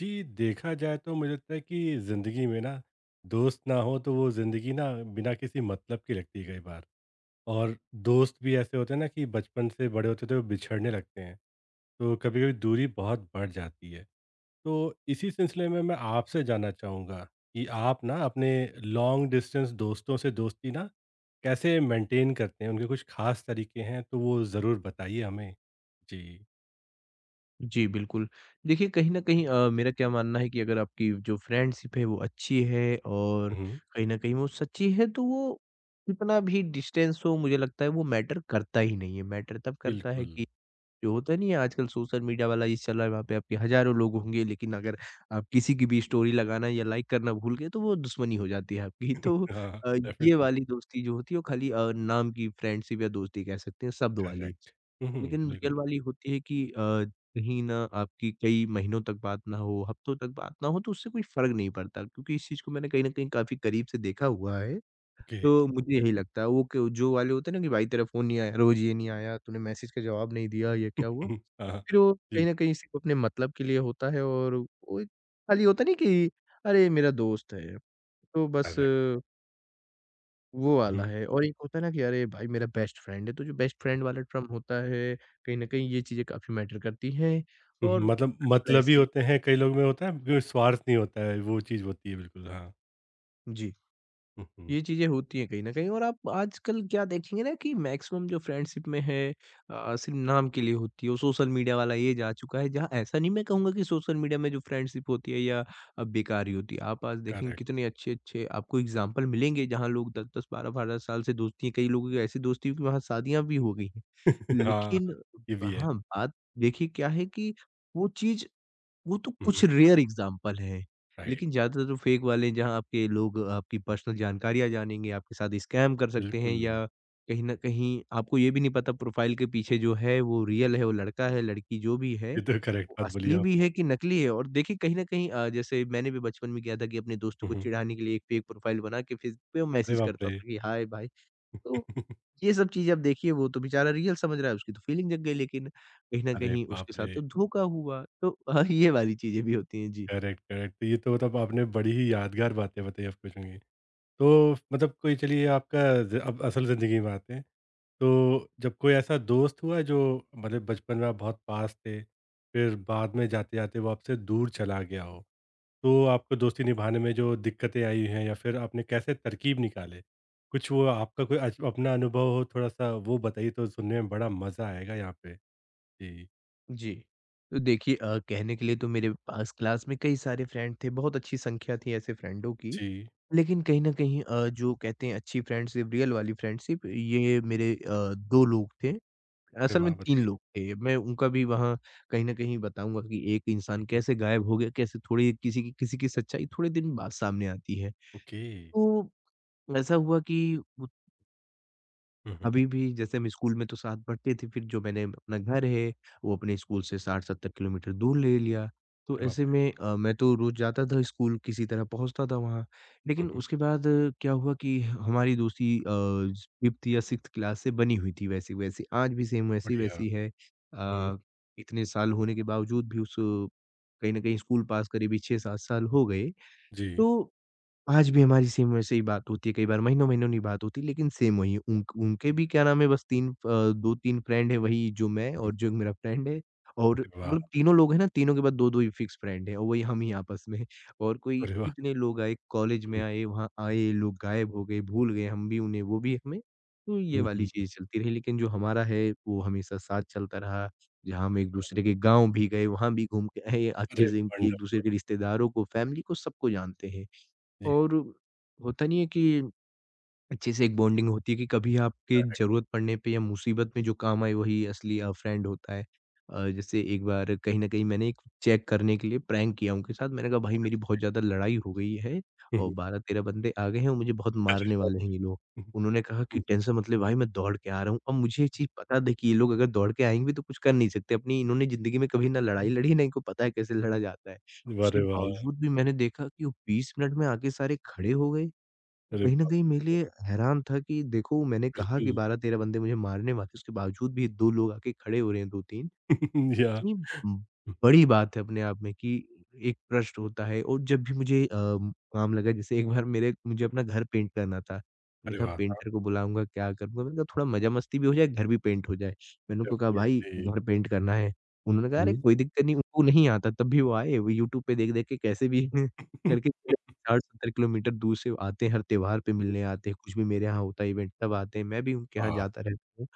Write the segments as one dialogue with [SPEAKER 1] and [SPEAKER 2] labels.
[SPEAKER 1] जी, देखा जाए तो मुझे लगता है कि ज़िंदगी में ना दोस्त ना हो तो वो ज़िंदगी ना बिना किसी मतलब की लगती है कई बार और दोस्त भी ऐसे होते हैं ना कि बचपन से बड़े होते तो वो बिछड़ने लगते हैं तो कभी-कभी दूरी बहुत बढ़ जाती है। तो इसी सिलसिले में मैं आपसे जानना चाहूँगा कि आप ना अपने लॉन्ग डिस्टेंस दोस्तों से दोस्ती ना कैसे मेंटेन करते हैं? उनके कुछ ख़ास तरीके हैं तो वो ज़रूर बताइए हमें? जी।
[SPEAKER 2] जी, बिल्कुल। देखिए, कहीं न कहीं मेरा क्या मानना है कि अगर आपकी जो फ्रेंडशिप है, वो अच्छी है और
[SPEAKER 1] हुँ, हुँ।
[SPEAKER 2] कहीं न कहीं वो सच्ची है, तो वो कितना भी डिस्टेंस हो, मुझे लगता है वो मैटर करता ही नहीं है। मैटर तब करता है
[SPEAKER 1] बिल्कुल।
[SPEAKER 2] कि जो होता नहीं है, आजकल सोशल मीडिया वाला ये चल रहा है, वहाँ पे आपके हज़ारों लोग होंगे, लेकिन अगर आप किसी की भी स्टोरी लगाना या लाइक करना भूल गए, तो वो दुश्मनी हो जाती है आपकी। तो
[SPEAKER 1] हाँ,
[SPEAKER 2] अ, ये
[SPEAKER 1] डेफ़िनिटली।
[SPEAKER 2] वाली दोस्ती जो होती है, वो खाली नाम की फ्रेंडशिप या दोस्ती कह सकते हैं, शब्द वाली।
[SPEAKER 1] करेक्ट। हुँ, हुँ।
[SPEAKER 2] लेकिन
[SPEAKER 1] बिल्कुल।
[SPEAKER 2] रियल वाली होती है कि अ कहीं न आपकी कई महीनों तक बात ना हो, हफ्तों तक बात ना हो तो उससे कोई फ़र्क नहीं पड़ता क्योंकि इस चीज़ को मैंने कहीं न कहीं काफ़ी करीब से देखा हुआ है।
[SPEAKER 1] ओके।
[SPEAKER 2] तो मुझे यही लगता है वो क जो वाले होते हैं ना कि भाई तेरा फ़ोन नहीं आया, रोज़ ये नहीं आया, तूने मैसेज का जवाब नहीं दिया, ये क्या हुआ?
[SPEAKER 1] हाँ, हाँ।
[SPEAKER 2] फिर वो कहीं
[SPEAKER 1] जी,
[SPEAKER 2] न कहीं सिर्फ़ अपने मतलब के लिए होता है और वो एक खाली होता नहीं कि अरे मेरा दोस्त है, तो बस
[SPEAKER 1] करेक्ट।
[SPEAKER 2] वो वाला
[SPEAKER 1] हुँ,
[SPEAKER 2] है। और एक होता है ना कि अरे भाई मेरा बेस्ट फ्रेंड है, तो जो बेस्ट फ्रेंड वाला टर्म होता है, कहीं न कहीं ये चीज़ें काफ़ी मैटर करती हैं
[SPEAKER 1] हुँ,
[SPEAKER 2] और
[SPEAKER 1] मतलब मतलबी
[SPEAKER 2] वैसे ही
[SPEAKER 1] होते हैं, कई लोग में होता है कोई स्वार्थ नहीं होता है, वो चीज़ होती है बिल्कुल हाँ।
[SPEAKER 2] जी,
[SPEAKER 1] हुँ, हुँ,
[SPEAKER 2] ये चीज़ें होती हैं कहीं न कहीं और आप आजकल क्या देखेंगे ना कि मैक्सिमम जो फ्रेंडशिप में है सिर्फ़ नाम के लिए होती है और सोशल मीडिया वाला एज आ चुका है जहाँ ऐसा नहीं मैं कहूँगा कि सोशल मीडिया में जो फ्रेंडशिप होती है या बेकार ही होती है। आप आज देखेंगे
[SPEAKER 1] करेक्ट
[SPEAKER 2] कितने अच्छे-अच्छे आपको एग्ज़ाम्पल मिलेंगे जहाँ लोग 10-10, 12-12 साल से दोस्ती है, कई लोगों की ऐसी दोस्ती है कि वहाँ शादियाँ भी हो गई हैं।
[SPEAKER 1] हाँ,
[SPEAKER 2] लेकिन
[SPEAKER 1] ये भी है।
[SPEAKER 2] हाँ, बात देखिए क्या है कि वो चीज़ वो तो
[SPEAKER 1] हुँ,
[SPEAKER 2] कुछ
[SPEAKER 1] हुँ,
[SPEAKER 2] रेयर एग्जाम्पल हैं,
[SPEAKER 1] राइट
[SPEAKER 2] लेकिन ज़्यादातर तो फेक वाले हैं, जहाँ आपके लोग आपकी पर्सनल जानकारियाँ जानेंगे, आपके साथ स्कैम कर सकते हैं
[SPEAKER 1] बिल्कुल,
[SPEAKER 2] या कहीं न कहीं आपको ये भी नहीं पता प्रोफ़ाइल के पीछे जो है वो रियल है, वो लड़का है, लड़की जो भी है,
[SPEAKER 1] ये तो करेक्ट
[SPEAKER 2] वो
[SPEAKER 1] बात बोली
[SPEAKER 2] असली भी है
[SPEAKER 1] आपने।
[SPEAKER 2] कि नकली है और देखिए कहीं न कहीं जैसे मैंने भी बचपन में किया था कि अपने दोस्तों
[SPEAKER 1] हुँ,
[SPEAKER 2] को
[SPEAKER 1] हुँ,
[SPEAKER 2] चिढ़ाने के लिए एक फेक प्रोफ़ाइल बना के फेसबुक पे
[SPEAKER 1] अरे
[SPEAKER 2] मैसेज
[SPEAKER 1] बाप
[SPEAKER 2] करता
[SPEAKER 1] रे!
[SPEAKER 2] था कि हाय भाई। तो ये सब चीज़ें अब देखिए वो तो बेचारा रियल समझ रहा है, उसकी तो फीलिंग जग गई लेकिन कहीं न
[SPEAKER 1] अरे
[SPEAKER 2] कहीं उसके
[SPEAKER 1] बाप
[SPEAKER 2] साथ
[SPEAKER 1] रे!
[SPEAKER 2] तो धोखा हुआ। तो हाँ, ये वाली चीज़ें भी होती हैं। जी।
[SPEAKER 1] करेक्ट, करेक्ट तो ये तो मतलब आपने बड़ी ही यादगार बातें बताई आपको सुनी। तो मतलब कोई चलिए आपका ज अब असल ज़िंदगी में आते हैं। तो जब कोई ऐसा दोस्त हुआ जो मतलब बचपन में आप बहुत पास थे, फिर बाद में जाते-जाते वो आपसे दूर चला गया हो, तो आपको दोस्ती निभाने में जो दिक्कतें आई हैं या फिर आपने कैसे तरकीब निकाले? कुछ वो आपका कोई अच अपना अनुभव हो थोड़ा-सा वो बताइए तो सुनने में बड़ा मज़ा आएगा यहाँ पे। जी।
[SPEAKER 2] जी। तो देखिए कहने के लिए तो मेरे पास क्लास में कई सारे फ्रेंड थे, बहुत अच्छी संख्या थी ऐसे फ्रेंडों की।
[SPEAKER 1] जी।
[SPEAKER 2] लेकिन कहीं न कहीं जो कहते हैं अच्छी फ्रेंडशिप, रियल वाली फ्रेंडशिप ये मेरे 2 लोग थे,
[SPEAKER 1] अरे
[SPEAKER 2] असल में
[SPEAKER 1] वाह!
[SPEAKER 2] 3
[SPEAKER 1] बताइए।
[SPEAKER 2] लोग थे। मैं उनका भी वहाँ कहीं न कहीं बताऊँगा कि एक इंसान
[SPEAKER 1] हुँ, हुँ।
[SPEAKER 2] कैसे गायब हो गया, कैसे थोड़ी किसी की सच्चाई थोड़े दिन बाद सामने आती है।
[SPEAKER 1] ओके।
[SPEAKER 2] तो ऐसा हुआ कि उ
[SPEAKER 1] हुँ, हुँ।
[SPEAKER 2] अभी भी जैसे हम स्कूल में तो साथ पढ़ते थे, फिर जो मैंने अपना घर है, वो अपने स्कूल से 60-70 किलोमीटर दूर ले लिया। तो
[SPEAKER 1] अरे बाप
[SPEAKER 2] ऐसे
[SPEAKER 1] रे!
[SPEAKER 2] में मैं तो रोज़ जाता था स्कूल, किसी तरह पहुँचता था वहाँ।
[SPEAKER 1] हुँ,
[SPEAKER 2] लेकिन
[SPEAKER 1] हुँ।
[SPEAKER 2] उसके बाद क्या हुआ कि हमारी दोस्ती 5th या 6th क्लास से बनी हुई थी वैसी वैसी, आज भी सेम
[SPEAKER 1] बढ़िया।
[SPEAKER 2] वैसी-वैसी है।
[SPEAKER 1] हुँ, हुँ।
[SPEAKER 2] इतने साल होने के बावजूद भी कहीं न कहीं स्कूल पास करीब ही 6-7 साल हो गए।
[SPEAKER 1] जी।
[SPEAKER 2] तो आज भी हमारी सेम वैसे ही बात होती है, कई बार महीनों-महीनों नहीं बात होती, लेकिन सेम वही उन उनके भी क्या नाम है बस 3 2-3 फ्रेंड है वही जो मैं
[SPEAKER 1] हुँ,
[SPEAKER 2] और जो एक मेरा फ्रेंड है और
[SPEAKER 1] हुँ। वाह!
[SPEAKER 2] मतलब तीनों लोग हैं ना, तीनों के बाद 2-2 ही फिक्स फ्रेंड हैं और वही हम ही आपस में और कोई
[SPEAKER 1] अरे वाह!
[SPEAKER 2] कितने लोग आए, कॉलेज में
[SPEAKER 1] हुँ,
[SPEAKER 2] आए, वहाँ आए, लोग गायब हो गए, भूल गए हम भी उन्हें, वो भी हमें। तो ये
[SPEAKER 1] हुँ,
[SPEAKER 2] वाली
[SPEAKER 1] हुँ, हुँ।
[SPEAKER 2] चीज़ चलती रही, लेकिन जो हमारा है वो हमेशा साथ चलता रहा, जहाँ हम एक-दूसरे के गाँव भी गए, वहाँ भी घूम के आए,
[SPEAKER 1] अरे
[SPEAKER 2] अच्छे से
[SPEAKER 1] वंडर
[SPEAKER 2] एक-दूसरे के रिश्तेदारों को, फैमिली को, सबको जानते हैं।
[SPEAKER 1] जी।
[SPEAKER 2] और होता नहीं है कि अच्छे से एक बॉन्डिंग होती है कि कभी आपके ज़रूरत पड़ने पे या मुसीबत में जो काम आए वही असली फ्रेंड होता है। जैसे एक बार कहीं न कहीं मैंने एक चेक करने के लिए प्रैंक किया उनके साथ, मैंने कहा भाई मेरी बहुत ज़्यादा लड़ाई हो गई है
[SPEAKER 1] हुँ,
[SPEAKER 2] और
[SPEAKER 1] हुँ।
[SPEAKER 2] 12-13 बंदे आ गए हैं और मुझे बहुत
[SPEAKER 1] अरे
[SPEAKER 2] मारने
[SPEAKER 1] बाप
[SPEAKER 2] वाले हैं
[SPEAKER 1] रे!
[SPEAKER 2] ये लोग। उन्होंने कहा कि
[SPEAKER 1] हुँ।
[SPEAKER 2] टेंशन मत ले भाई मैं दौड़ के आ रहा हूँ। अब मुझे ये चीज़ पता थी कि ये लोग अगर दौड़ के आएँगे भी तो कुछ कर नहीं सकते, अपनी इन्होंने ज़िंदगी में कभी ना लड़ाई लड़ी है ना इनको पता है कैसे लड़ा जाता है। उसके
[SPEAKER 1] अरे वाह!
[SPEAKER 2] बावजूद भी मैंने देखा कि वो 20 मिनट में आके सारे खड़े हो गए तो
[SPEAKER 1] अरे
[SPEAKER 2] कहीं न
[SPEAKER 1] बाप
[SPEAKER 2] कहीं
[SPEAKER 1] रे!
[SPEAKER 2] मेरे
[SPEAKER 1] ये
[SPEAKER 2] लिए हैरान था कि देखो मैंने कहा कि
[SPEAKER 1] तो
[SPEAKER 2] 12-13 बंदे मुझे मारने वाले हैं, उसके बावजूद भी 2 लोग आके खड़े हो रहे हैं 2-3
[SPEAKER 1] बिल्कुल या
[SPEAKER 2] इतनी बड़ी बात है अपने आप में कि एक ट्रस्ट होता है और जब भी मुझे काम लगा जैसे एक बार मेरे मुझे अपना घर पेंट करना था। मैंने
[SPEAKER 1] अरे
[SPEAKER 2] कहा
[SPEAKER 1] वाह!
[SPEAKER 2] पेंटर को बुलाऊँगा, क्या करूँगा? मैंने कहा थोड़ा मज़ा-मस्ती भी हो जाए, घर भी पेंट हो जाए। मैंने उनको कहा भाई
[SPEAKER 1] डेफ़िनेटली
[SPEAKER 2] घर पेंट करना है। उन्होंने कहा अरे
[SPEAKER 1] हुँ।
[SPEAKER 2] कोई दिक्कत नहीं, उनको नहीं आता तब भी वो आए, वो यूट्यूब पे देख-देख के कैसे भी करके 60-70 किलोमीटर दूर से आते हैं, हर त्योहार पे मिलने आते हैं, कुछ भी मेरे यहाँ होता है इवेंट तब आते हैं, मैं भी उनके यहाँ
[SPEAKER 1] वाह!
[SPEAKER 2] जाता रहता हूँ।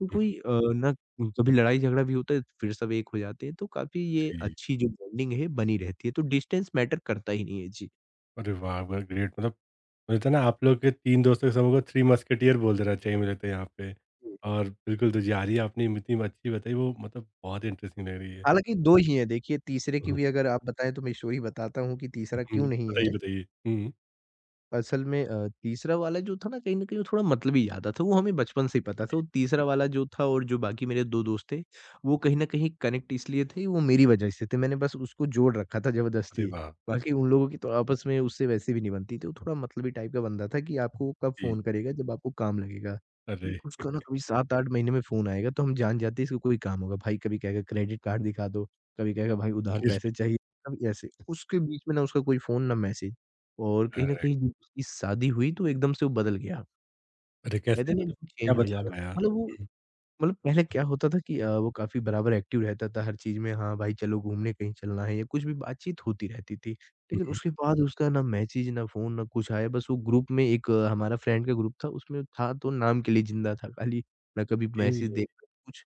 [SPEAKER 2] तो कोई कभी लड़ाई-झगड़ा भी होता है, फिर सब एक हो जाते हैं, तो काफ़ी ये
[SPEAKER 1] जी।
[SPEAKER 2] अच्छी जो बॉन्डिंग है, बनी रहती है, तो डिस्टेंस मैटर करता ही नहीं है। जी।
[SPEAKER 1] अरे वाह! वाह! ग्रेट मतलब मुझे लगता है ना आप लोग के 3 दोस्तों के समूह को थ्री मस्केटियर बोल देना चाहिए मुझे लगता है यहाँ पे।
[SPEAKER 2] जी।
[SPEAKER 1] और बिल्कुल तो यारी आपने इतनी अच्छी बताई वो मतलब बहुत इंटरेस्टिंग लग रही है।
[SPEAKER 2] हालाँकि 2 ही हैं देखिए, तीसरे की
[SPEAKER 1] हम्म,
[SPEAKER 2] भी अगर आप बताएँ तो मैं स्टोरी बताता हूँ कि तीसरा क्यों नहीं
[SPEAKER 1] बताइए,
[SPEAKER 2] है।
[SPEAKER 1] बताइए। हुँ।
[SPEAKER 2] असल में तीसरा वाला जो था ना कहीं न कहीं वो थोड़ा मतलबी ज़्यादा था, वो हमें बचपन से ही पता था। वो तीसरा वाला जो था और जो बाकी मेरे 2 दोस्त थे, वो कहीं न कहीं कनेक्ट इसलिए थे वो मेरी वजह से थे। मैंने बस उसको जोड़ रखा था
[SPEAKER 1] अरे
[SPEAKER 2] ज़बरदस्ती।
[SPEAKER 1] वाह!
[SPEAKER 2] बाकी अच्छा। उन लोगों की तो आपस में उससे वैसे भी नहीं बनती थी। वो थोड़ा मतलबी टाइप का बंदा था कि आपको वो कब
[SPEAKER 1] जी।
[SPEAKER 2] फ़ोन करेगा जब आपको काम लगेगा। कि
[SPEAKER 1] अरे!
[SPEAKER 2] उसका ना कभी 7-8 महीने में फ़ोन आएगा तो हम जान जाते हैं इसको कोई काम होगा। भाई कभी कहेगा क्रेडिट कार्ड दिखा दो, कभी कहेगा भाई उधार पैसे चाहिए, कभी ऐसे। उसके बीच में ना उसका कोई फ़ोन ना मैसेज। और कहीं न कहीं जब उसकी शादी हुई तो एकदम से वो बदल गया।
[SPEAKER 1] अरे
[SPEAKER 2] कहते
[SPEAKER 1] कैसे
[SPEAKER 2] हैं ना
[SPEAKER 1] मतलब
[SPEAKER 2] एकदम
[SPEAKER 1] क्या
[SPEAKER 2] चेंज हो जाना।
[SPEAKER 1] बदलाव आया?
[SPEAKER 2] मतलब वो
[SPEAKER 1] हुँ,
[SPEAKER 2] मतलब पहले क्या होता था कि वो काफ़ी बराबर एक्टिव रहता था हर चीज़ में, हाँ भाई चलो घूमने कहीं चलना है या कुछ भी बातचीत होती रहती थी।
[SPEAKER 1] हुँ,
[SPEAKER 2] लेकिन
[SPEAKER 1] हुँ।
[SPEAKER 2] उसके बाद उसका ना मैसेज, ना फ़ोन, ना कुछ आया बस वो ग्रुप में एक हमारा फ्रेंड का ग्रुप था उसमें था तो नाम के लिए ज़िंदा था खाली, ना कभी
[SPEAKER 1] ए
[SPEAKER 2] मैसेज देखा कुछ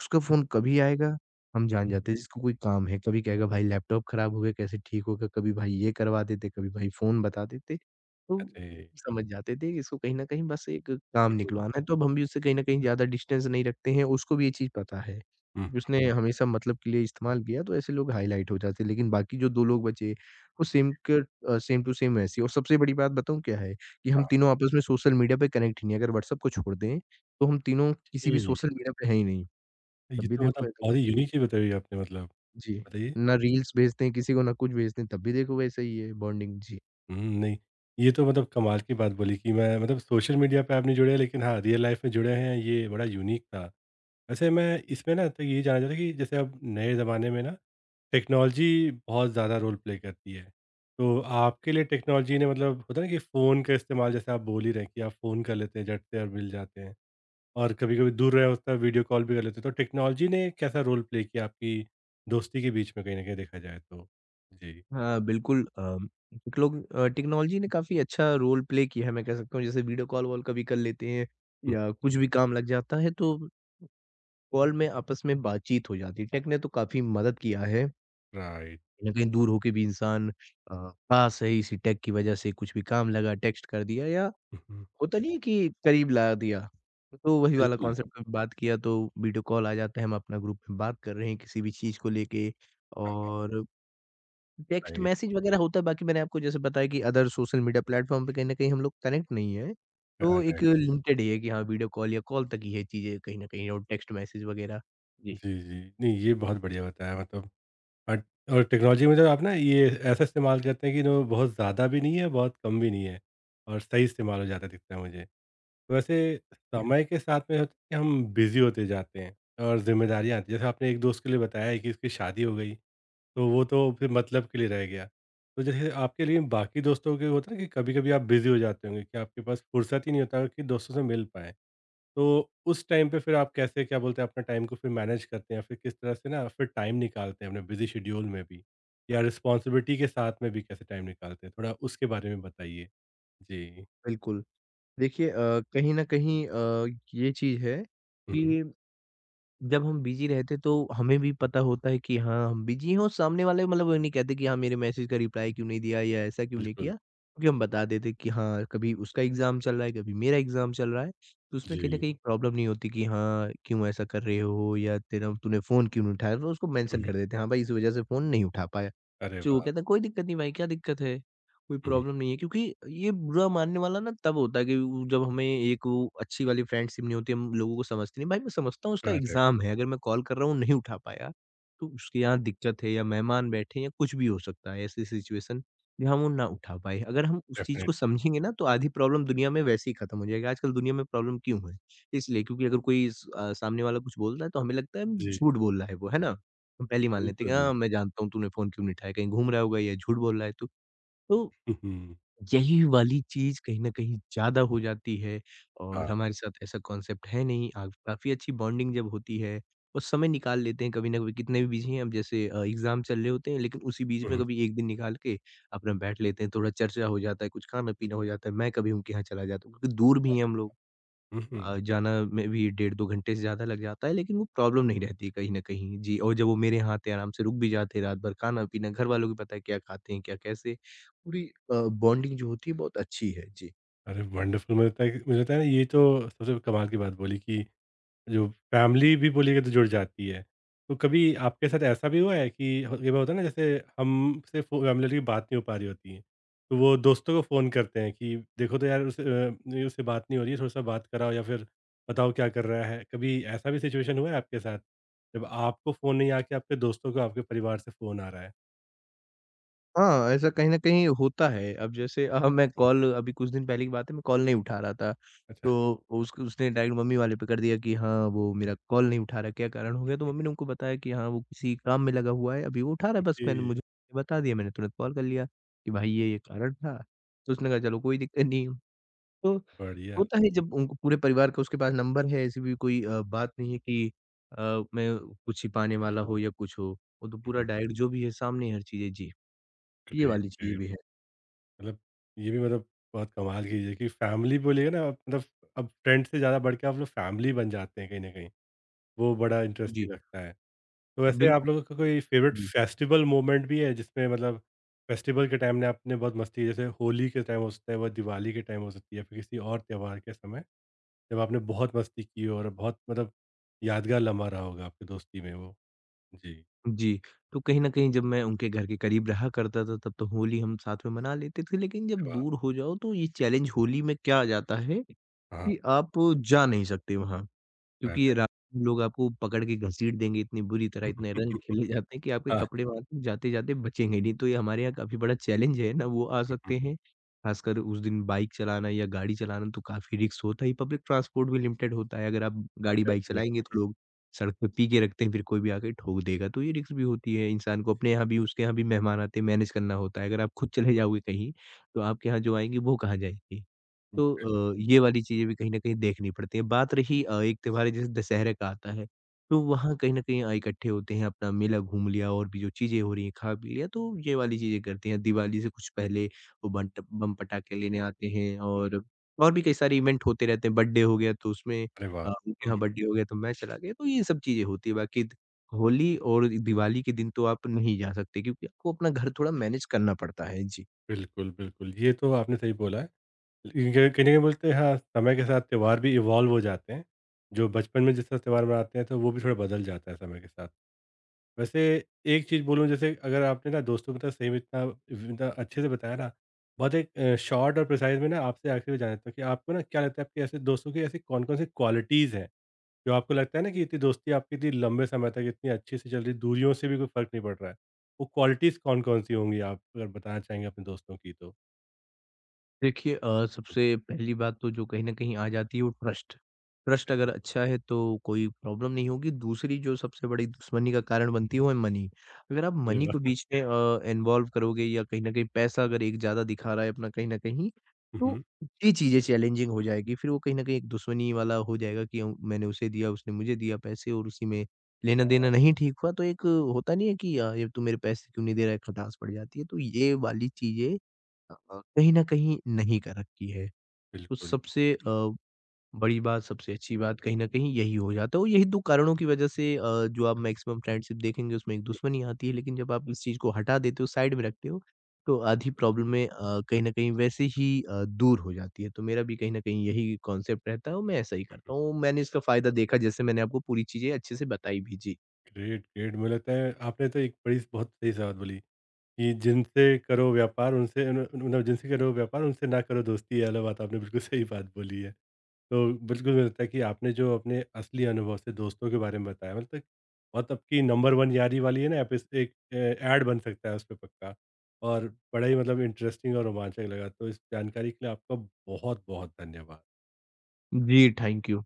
[SPEAKER 2] उसका फ़ोन कभी आएगा, हम जान जाते हैं जिसको कोई काम है। कभी कहेगा भाई लैपटॉप ख़राब हो गया, कैसे ठीक होगा? कभी भाई ये करवा देते, कभी भाई फ़ोन बता देते। तो
[SPEAKER 1] अरे!
[SPEAKER 2] समझ जाते थे कि इसको कहीं न कहीं बस एक काम निकलवाना है, तो अब हम भी उससे कहीं न कहीं ज़्यादा डिस्टेंस नहीं रखते हैं। उसको भी ये चीज़ पता है,
[SPEAKER 1] हुँ,
[SPEAKER 2] कि उसने हमेशा मतलब के लिए इस्तेमाल किया तो ऐसे लोग हाइलाइट हो जाते हैं। लेकिन बाकी जो 2 लोग बचे, वो सेम टू सेम वैसे ही और सबसे बड़ी बात बताऊँ क्या है? कि हम तीनों आपस में सोशल मीडिया पे कनेक्ट ही नहीं हैं। अगर व्हाट्सएप को छोड़ दें, तो हम तीनों किसी भी
[SPEAKER 1] ओके।
[SPEAKER 2] सोशल मीडिया पे हैं ही नहीं।
[SPEAKER 1] ये
[SPEAKER 2] तब भी
[SPEAKER 1] तो
[SPEAKER 2] देखो
[SPEAKER 1] मतलब
[SPEAKER 2] ऐसा
[SPEAKER 1] बहुत ही
[SPEAKER 2] कुछ नहीं।
[SPEAKER 1] यूनिक ही बताई आपने मतलब,
[SPEAKER 2] जी,
[SPEAKER 1] बताइए?
[SPEAKER 2] ना रील्स भेजते हैं किसी को, ना कुछ भेजते हैं, तब भी देखो वैसा ही है बॉन्डिंग। जी।
[SPEAKER 1] हुँ, नहीं, ये तो मतलब कमाल की बात बोली कि मैं मतलब सोशल मीडिया पे आप नहीं जुड़े लेकिन हाँ, रियल लाइफ़ में जुड़े हैं, ये बड़ा यूनिक था। वैसे मैं इसमें ना तो ये जानना चाहता था कि जैसे अब नए ज़माने में ना टेक्नोलॉजी बहुत ज़्यादा रोल प्ले करती है। तो आपके लिए टेक्नोलॉजी ने मतलब होता है ना कि फ़ोन का इस्तेमाल जैसे आप बोल ही रहे हैं कि आप फ़ोन कर लेते हैं झट से और मिल जाते हैं। और कभी-कभी दूर रहा होता है, वीडियो कॉल भी कर लेते हैं। तो टेक्नोलॉजी ने कैसा रोल प्ले किया आपकी दोस्ती के बीच में कहीं न कहीं देखा जाए तो? जी।
[SPEAKER 2] हाँ, बिल्कुल कुछ लोग टेक्नोलॉजी ने काफ़ी अच्छा रोल प्ले किया है, मैं कह सकता हूँ। जैसे वीडियो कॉल वॉल कभी कर लेते हैं
[SPEAKER 1] हुँ।
[SPEAKER 2] या कुछ भी काम लग जाता है, तो कॉल में आपस में बातचीत हो जाती है। टेक ने तो काफ़ी मदद किया है,
[SPEAKER 1] राइट।
[SPEAKER 2] कहीं न कहीं दूर होके भी इंसान पास है, इसी टेक की वजह से कुछ भी काम लगा, टेक्स्ट कर दिया या
[SPEAKER 1] हुँ, हुँ।
[SPEAKER 2] होता नहीं है कि करीब ला दिया। तो वही वाला हाँ, हाँ।
[SPEAKER 1] बिल्कुल।
[SPEAKER 2] कॉन्सेप्ट कभी बात किया तो वीडियो कॉल आ जाता है, हम अपना ग्रुप में बात कर रहे हैं किसी भी चीज़ को लेके और टेक्स्ट
[SPEAKER 1] राइट,
[SPEAKER 2] मैसेज वगैरह होता है, बाकी मैंने आपको जैसे बताया कि अदर सोशल मीडिया प्लेटफ़ॉर्म पे कहीं न कहीं हम लोग कनेक्ट नहीं हैं। तो एक जी।
[SPEAKER 1] करेक्ट।
[SPEAKER 2] लिमिटेड ही है कि हाँ, वीडियो कॉल या कॉल तक ही है चीज़ें कहीं न कहीं और टेक्स्ट मैसेज वगैरह। जी।
[SPEAKER 1] जी, जी। नहीं, ये बहुत बढ़िया बताया मतलब अट और टेक्नोलॉजी में जब आप ना ये ऐसा इस्तेमाल करते हैं कि नो बहुत ज़्यादा भी नहीं है, बहुत कम भी नहीं है और सही इस्तेमाल हो जाता दिखता है मुझे। तो वैसे
[SPEAKER 2] जी,
[SPEAKER 1] समय के साथ में होता है कि हम बिज़ी होते जाते हैं और ज़िम्मेदारियाँ आती हैं। जैसे आपने एक दोस्त के लिए बताया है कि उसकी शादी हो गई। तो वो तो फिर मतलब के लिए रह गया। तो जैसे आपके लिए बाकी दोस्तों के होता है ना कि कभी-कभी आप बिज़ी हो जाते होंगे कि आपके पास फुर्सत ही नहीं होता कि दोस्तों से मिल पाएँ। तो उस टाइम पे फिर आप कैसे क्या बोलते हैं अपने टाइम को फिर मैनेज करते हैं? या फिर किस तरह से ना फिर टाइम निकालते हैं अपने बिज़ी शेड्यूल में भी? या रिस्पॉन्सिबिलिटी के साथ में भी कैसे टाइम निकालते हैं? थोड़ा उसके बारे में बताइए। जी।
[SPEAKER 2] बिल्कुल। देखिए कहीं न कहीं ये चीज़ है
[SPEAKER 1] हुँ, हुँ।
[SPEAKER 2] कि जब हम बिज़ी रहते हैं, तो हमें भी पता होता है कि हाँ, हम बिज़ी हैं और सामने वाले मतलब वो नहीं कहते कि हाँ, मेरे मैसेज का रिप्लाई क्यों नहीं दिया या ऐसा क्यों नहीं
[SPEAKER 1] बिल्कुल।
[SPEAKER 2] किया, क्योंकि हम बता देते कि हाँ, कभी उसका एग्ज़ाम चल रहा है, कभी मेरा एग्ज़ाम चल रहा है। तो उसमें कहीं न
[SPEAKER 1] जी।
[SPEAKER 2] कहीं प्रॉब्लम नहीं होती कि हाँ, क्यों ऐसा कर रहे हो या तेरा तूने फ़ोन क्यों नहीं उठाया? तो उसको
[SPEAKER 1] हुँ,
[SPEAKER 2] मेंशन
[SPEAKER 1] हुँ।
[SPEAKER 2] कर देते हैं, हाँ भाई इस वज़ह से फ़ोन नहीं उठा पाया।
[SPEAKER 1] अरे
[SPEAKER 2] तो वो
[SPEAKER 1] वाह!
[SPEAKER 2] कहता है, "कोई दिक्कत नहीं भाई, क्या दिक्कत है?" कोई
[SPEAKER 1] हुँ, हुँ।
[SPEAKER 2] प्रॉब्लम नहीं है क्योंकि ये बुरा मानने वाला ना तब होता है कि वो जब हमें एक वो अच्छी वाली फ्रेंडशिप नहीं होती, हम लोगों को समझते नहीं। भाई मैं समझता हूँ उसका
[SPEAKER 1] करेक्ट,
[SPEAKER 2] एग्ज़ाम है, अगर मैं कॉल कर रहा हूँ नहीं उठा पाया, तो उसके यहाँ दिक्कत है या मेहमान बैठे हैं या कुछ भी हो सकता है ऐसी सिचुएशन जहाँ वो ना उठा पाए। अगर हम उस चीज़ को
[SPEAKER 1] डेफ़िनेटली।
[SPEAKER 2] समझेंगे ना तो आधी प्रॉब्लम दुनिया में वैसे ही खत्म हो जाएगी। आजकल दुनिया में प्रॉब्लम क्यों है? इसलिए क्योंकि अगर कोई सामने वाला कुछ बोल रहा है तो हमें लगता है
[SPEAKER 1] जी,
[SPEAKER 2] झूठ बोल रहा है वो, है ना? हम पहले ही मान लेते हैं कि
[SPEAKER 1] बिल्कुल।
[SPEAKER 2] हाँ, मैं जानता हूँ तूने फ़ोन क्यों नहीं उठाया, कहीं घूम रहा होगा या झूठ बोल रहा है तू। तो
[SPEAKER 1] हुँ, हुँ।
[SPEAKER 2] यही वाली चीज़ कहीं न कहीं ज़्यादा हो जाती है और
[SPEAKER 1] हाँ।
[SPEAKER 2] हमारे साथ ऐसा कॉन्सेप्ट है नहीं। आप काफ़ी अच्छी बॉन्डिंग जब होती है और समय निकाल लेते हैं कभी न कभी कितने भी बिज़ी हैं, अब जैसे एग्ज़ाम चल रहे होते हैं लेकिन उसी बीच
[SPEAKER 1] हुँ,
[SPEAKER 2] में
[SPEAKER 1] हुँ।
[SPEAKER 2] कभी 1 दिन निकाल के अपना बैठ लेते हैं, थोड़ा चर्चा हो जाता है, कुछ खाना-पीना हो जाता है, मैं कभी उनके यहाँ चला जाता हूँ क्योंकि दूर भी हैं हम लोग।
[SPEAKER 1] हुँ, हुँ।
[SPEAKER 2] जाना में भी डेढ़ 2 घंटे से ज़्यादा लग जाता है, लेकिन वो प्रॉब्लम नहीं रहती कहीं न कहीं। जी, और जब वो मेरे यहाँ आते आराम से रुक भी जाते हैं रात भर, खाना-पीना, घरवालों को भी पता है क्या खाते हैं, क्या कैसे। पूरी अ, बॉन्डिंग जो होती है बहुत अच्छी है। जी।
[SPEAKER 1] अरे वंडरफुल! मुझे लगता है कि मुझे लगता है ना ये तो सबसे कमाल की बात बोली कि जो फैमिली भी बोलिए तो जुड़ जाती है। तो कभी आपके साथ ऐसा भी हुआ है कि ह कई बार होता है ना जैसे हमसे फ़ो फैमिली की बात नहीं हो पा रही होती है, तो वो दोस्तों को फ़ोन करते हैं कि देखो तो यार नहीं उससे बात नहीं हो रही है थोड़ा-सा बात कराओ या फिर बताओ क्या कर रहा है? कभी ऐसा भी सिचुएशन हुआ है आपके साथ? जब आपको फ़ोन नहीं आके आपके दोस्तों को आपके परिवार से फ़ोन आ रहा है?
[SPEAKER 2] हाँ, ऐसा कहीं न कहीं होता है। अब जैसे मैं कॉल अभी कुछ दिन पहले की बात है मैं कॉल नहीं उठा रहा था।
[SPEAKER 1] अच्छा
[SPEAKER 2] तो उस उसने डायरेक्ट मम्मी वाले पे कर दिया कि हाँ, वो मेरा कॉल नहीं उठा रहा क्या कारण हो गया? तो मम्मी ने उनको बताया कि हाँ, वो किसी काम में लगा हुआ है, अभी वो उठा रहा है बस
[SPEAKER 1] ओके
[SPEAKER 2] मैंने मुझे बता दिया, मैंने तुरंत कॉल कर लिया कि भाई ये कारण था। तो उसने कहा चलो कोई दिक्कत नहीं है। तो
[SPEAKER 1] बढ़िया।
[SPEAKER 2] होता है जब उनको पूरे परिवार का उसके पास नंबर है ऐसी भी कोई बात नहीं है कि अ, मैं कुछ छिपाने वाला हो या कुछ हो। वो तो
[SPEAKER 1] हुँ,
[SPEAKER 2] पूरा
[SPEAKER 1] हुँ।
[SPEAKER 2] डायरेक्ट जो भी है सामने हर चीज़ें जी, ये
[SPEAKER 1] ग्रेट,
[SPEAKER 2] वाली चीज़ें
[SPEAKER 1] ग्रेट।
[SPEAKER 2] भी है।
[SPEAKER 1] मतलब ये भी मतलब बहुत कमाल की चीज़ है कि फैमिली बोलिएगा ना आप मतलब अब फ्रेंड से ज़्यादा बढ़ के आप लोग फैमिली बन जाते हैं कहीं न कहीं। वो बड़ा
[SPEAKER 2] जी,
[SPEAKER 1] इंटरेस्टिंग लगता है। तो वैसे आप
[SPEAKER 2] बिल्कुल।
[SPEAKER 1] लोगों का कोई फेवरेट
[SPEAKER 2] जी,
[SPEAKER 1] फेस्टिवल मोमेंट भी है जिसमें मतलब फेस्टिवल के टाइम में आपने बहुत मस्ती जैसे होली के टाइम हो सकता है, वो दिवाली के टाइम हो सकती है या फिर किसी और त्योहार के समय जब आपने बहुत मस्ती की हो और बहुत मतलब यादगार लम्हा रहा होगा आपकी दोस्ती में वो? जी।
[SPEAKER 2] जी। तो कहीं न कहीं जब मैं उनके घर के करीब रहा करता था तब तो होली हम साथ में मना लेते थे, लेकिन जब
[SPEAKER 1] अरे वाह!
[SPEAKER 2] दूर हो जाओ तो ये चैलेंज होली में क्या आ जाता है
[SPEAKER 1] हाँ,
[SPEAKER 2] कि आप जा नहीं सकते वहाँ। क्योंकि ये
[SPEAKER 1] perfect।
[SPEAKER 2] रात में लोग आपको पकड़ के घसीट देंगे इतनी बुरी तरह, इतने रंग खेले जाते हैं कि आपके
[SPEAKER 1] हाँ।
[SPEAKER 2] कपड़े वहाँ तक जाते-जाते बचेंगे नहीं। तो ये हमारे यहाँ काफ़ी बड़ा चैलेंज है ना, वो आ सकते हैं। ख़ासकर उस दिन बाइक चलाना या गाड़ी चलाना तो काफ़ी रिस्क होता ही, पब्लिक ट्रांसपोर्ट भी लिमिटेड होता है। अगर आप गाड़ी बाइक चलाएँगे तो
[SPEAKER 1] डेफिनिटली।
[SPEAKER 2] लोग सड़क पे पी के रखते हैं, फिर कोई भी आके ठोक देगा। तो ये रिस्क भी होती है, इंसान को अपने यहाँ भी उसके यहाँ भी मेहमान आते हैं, मैनेज करना होता है। अगर आप खुद चले जाओगे कहीं, तो आपके यहाँ जो आएँगे वो कहाँ जाएँगे? तो ये वाली चीज़ें भी कहीं न कहीं देखनी पड़ती हैं। बात रही एक त्योहार है जैसे दशहरे का आता है, तो वहाँ कहीं न कहीं इकट्ठे होते हैं, अपना मेला घूम लिया और भी जो चीज़ें हो रही हैं, खा पी लिया, तो ये वाली चीज़ें करते हैं। दिवाली से कुछ पहले वो बंट बम पटाखे लेने आते हैं और भी कई सारे इवेंट होते रहते हैं। बर्थडे हो गया तो उसमें
[SPEAKER 1] अरे वाह!
[SPEAKER 2] उनके यहाँ बर्थडे हो गया तो मैं चला गया, तो ये सब चीज़ें होती हैं। बाकी द होली और दिवाली के दिन तो आप नहीं जा सकते क्योंकि आपको अपना घर थोड़ा मैनेज करना पड़ता है। जी।
[SPEAKER 1] बिल्कुल, बिल्कुल। ये तो आपने सही बोला है। लेकिन कहीं कहीं ना कहीं बोलते हैं हाँ, समय के साथ त्योहार भी इवॉल्व हो जाते हैं। जो बचपन में जिस तरह त्योहार मनाते हैं, तो वो भी थोड़ा बदल जाता है समय के साथ। वैसे एक चीज़ बोलूँ जैसे अगर आपने ना दोस्तों के साथ सही में इतना इतना अच्छे से बताया ना, बहुत एक शॉर्ट और प्रिसाइज़ में ना आपसे आखिर में जानना था कि आपको ना क्या लगता है आपके ऐसे दोस्तों की ऐसी कौन-कौन सी क्वालिटीज़ हैं, जो आपको लगता है ना कि इतनी दोस्ती आपकी इतनी लंबे समय तक इतनी अच्छे से चल रही है, दूरियों से भी कोई फ़र्क नहीं पड़ रहा है? वो क्वालिटीज़ कौन-कौन सी होंगी आप अगर बताना चाहेंगे अपने दोस्तों की तो?
[SPEAKER 2] देखिए सबसे पहली बात तो जो कहीं न कहीं आ जाती है वो ट्रस्ट। ट्रस्ट अगर अच्छा है तो कोई प्रॉब्लम नहीं होगी, दूसरी जो सबसे बड़ी दुश्मनी का कारण बनती है वो है मनी। अगर आप
[SPEAKER 1] अरे
[SPEAKER 2] मनी को
[SPEAKER 1] वाह।
[SPEAKER 2] बीच में इन्वॉल्व करोगे या कहीं न कहीं पैसा अगर एक ज़्यादा दिखा रहा है अपना कहीं न कहीं,
[SPEAKER 1] हुँ,
[SPEAKER 2] तो
[SPEAKER 1] हुँ।
[SPEAKER 2] ये चीज़ें चैलेंजिंग हो जाएगी। फिर वो कहीं न कहीं एक दुश्मनी वाला हो जाएगा कि मैंने उसे दिया, उसने मुझे दिया पैसे और उसी में लेना-देना नहीं ठीक हुआ तो एक होता नहीं है कि ये तू मेरे पैसे क्यों नहीं दे रहा है? खटास पड़ जाती है। तो ये वाली चीज़ें कहीं न कहीं नहीं कर रखी है। तो
[SPEAKER 1] बिल्कुल,
[SPEAKER 2] सबसे बड़ी बात, सबसे अच्छी बात कहीं न कहीं यही हो जाता है और यही 2 कारणों की वज़ह से जो आप मैक्सिमम फ्रेंडशिप देखेंगे उसमें एक दुश्मनी आती है, लेकिन जब आप इस चीज़ को हटा देते हो, साइड में रखते हो, तो आधी प्रॉब्लमें कहीं न कहीं वैसे ही दूर हो जाती है। तो मेरा भी कहीं न कहीं यही कॉन्सेप्ट रहता है और मैं ऐसा ही करता
[SPEAKER 1] बिल्कुल।
[SPEAKER 2] हूँ। मैंने इसका फ़ायदा देखा जैसे मैंने आपको पूरी चीज़ें अच्छे से बताई भी। जी।
[SPEAKER 1] Great, great. मुझे लगता है आपने तो एक बड़ी बहुत सही बात बोली कि जिनसे करो व्यापार उनसे उन उन मतलब जिनसे करो व्यापार उनसे ना करो दोस्ती ये वाला बात आपने बिल्कुल सही बात बोली है। तो बिल्कुल मुझे लगता है कि आपने जो अपने असली अनुभव से दोस्तों के बारे में बताया मतलब बहुत आपकी नंबर 1 यारी वाली है ना आप इस एक ऐड बन सकता है उस पे पक्का। और बड़ा ही मतलब इंटरेस्टिंग और रोमांचक लगा। तो इस जानकारी के लिए आपका बहुत-बहुत धन्यवाद।
[SPEAKER 2] जी, थैंक यू।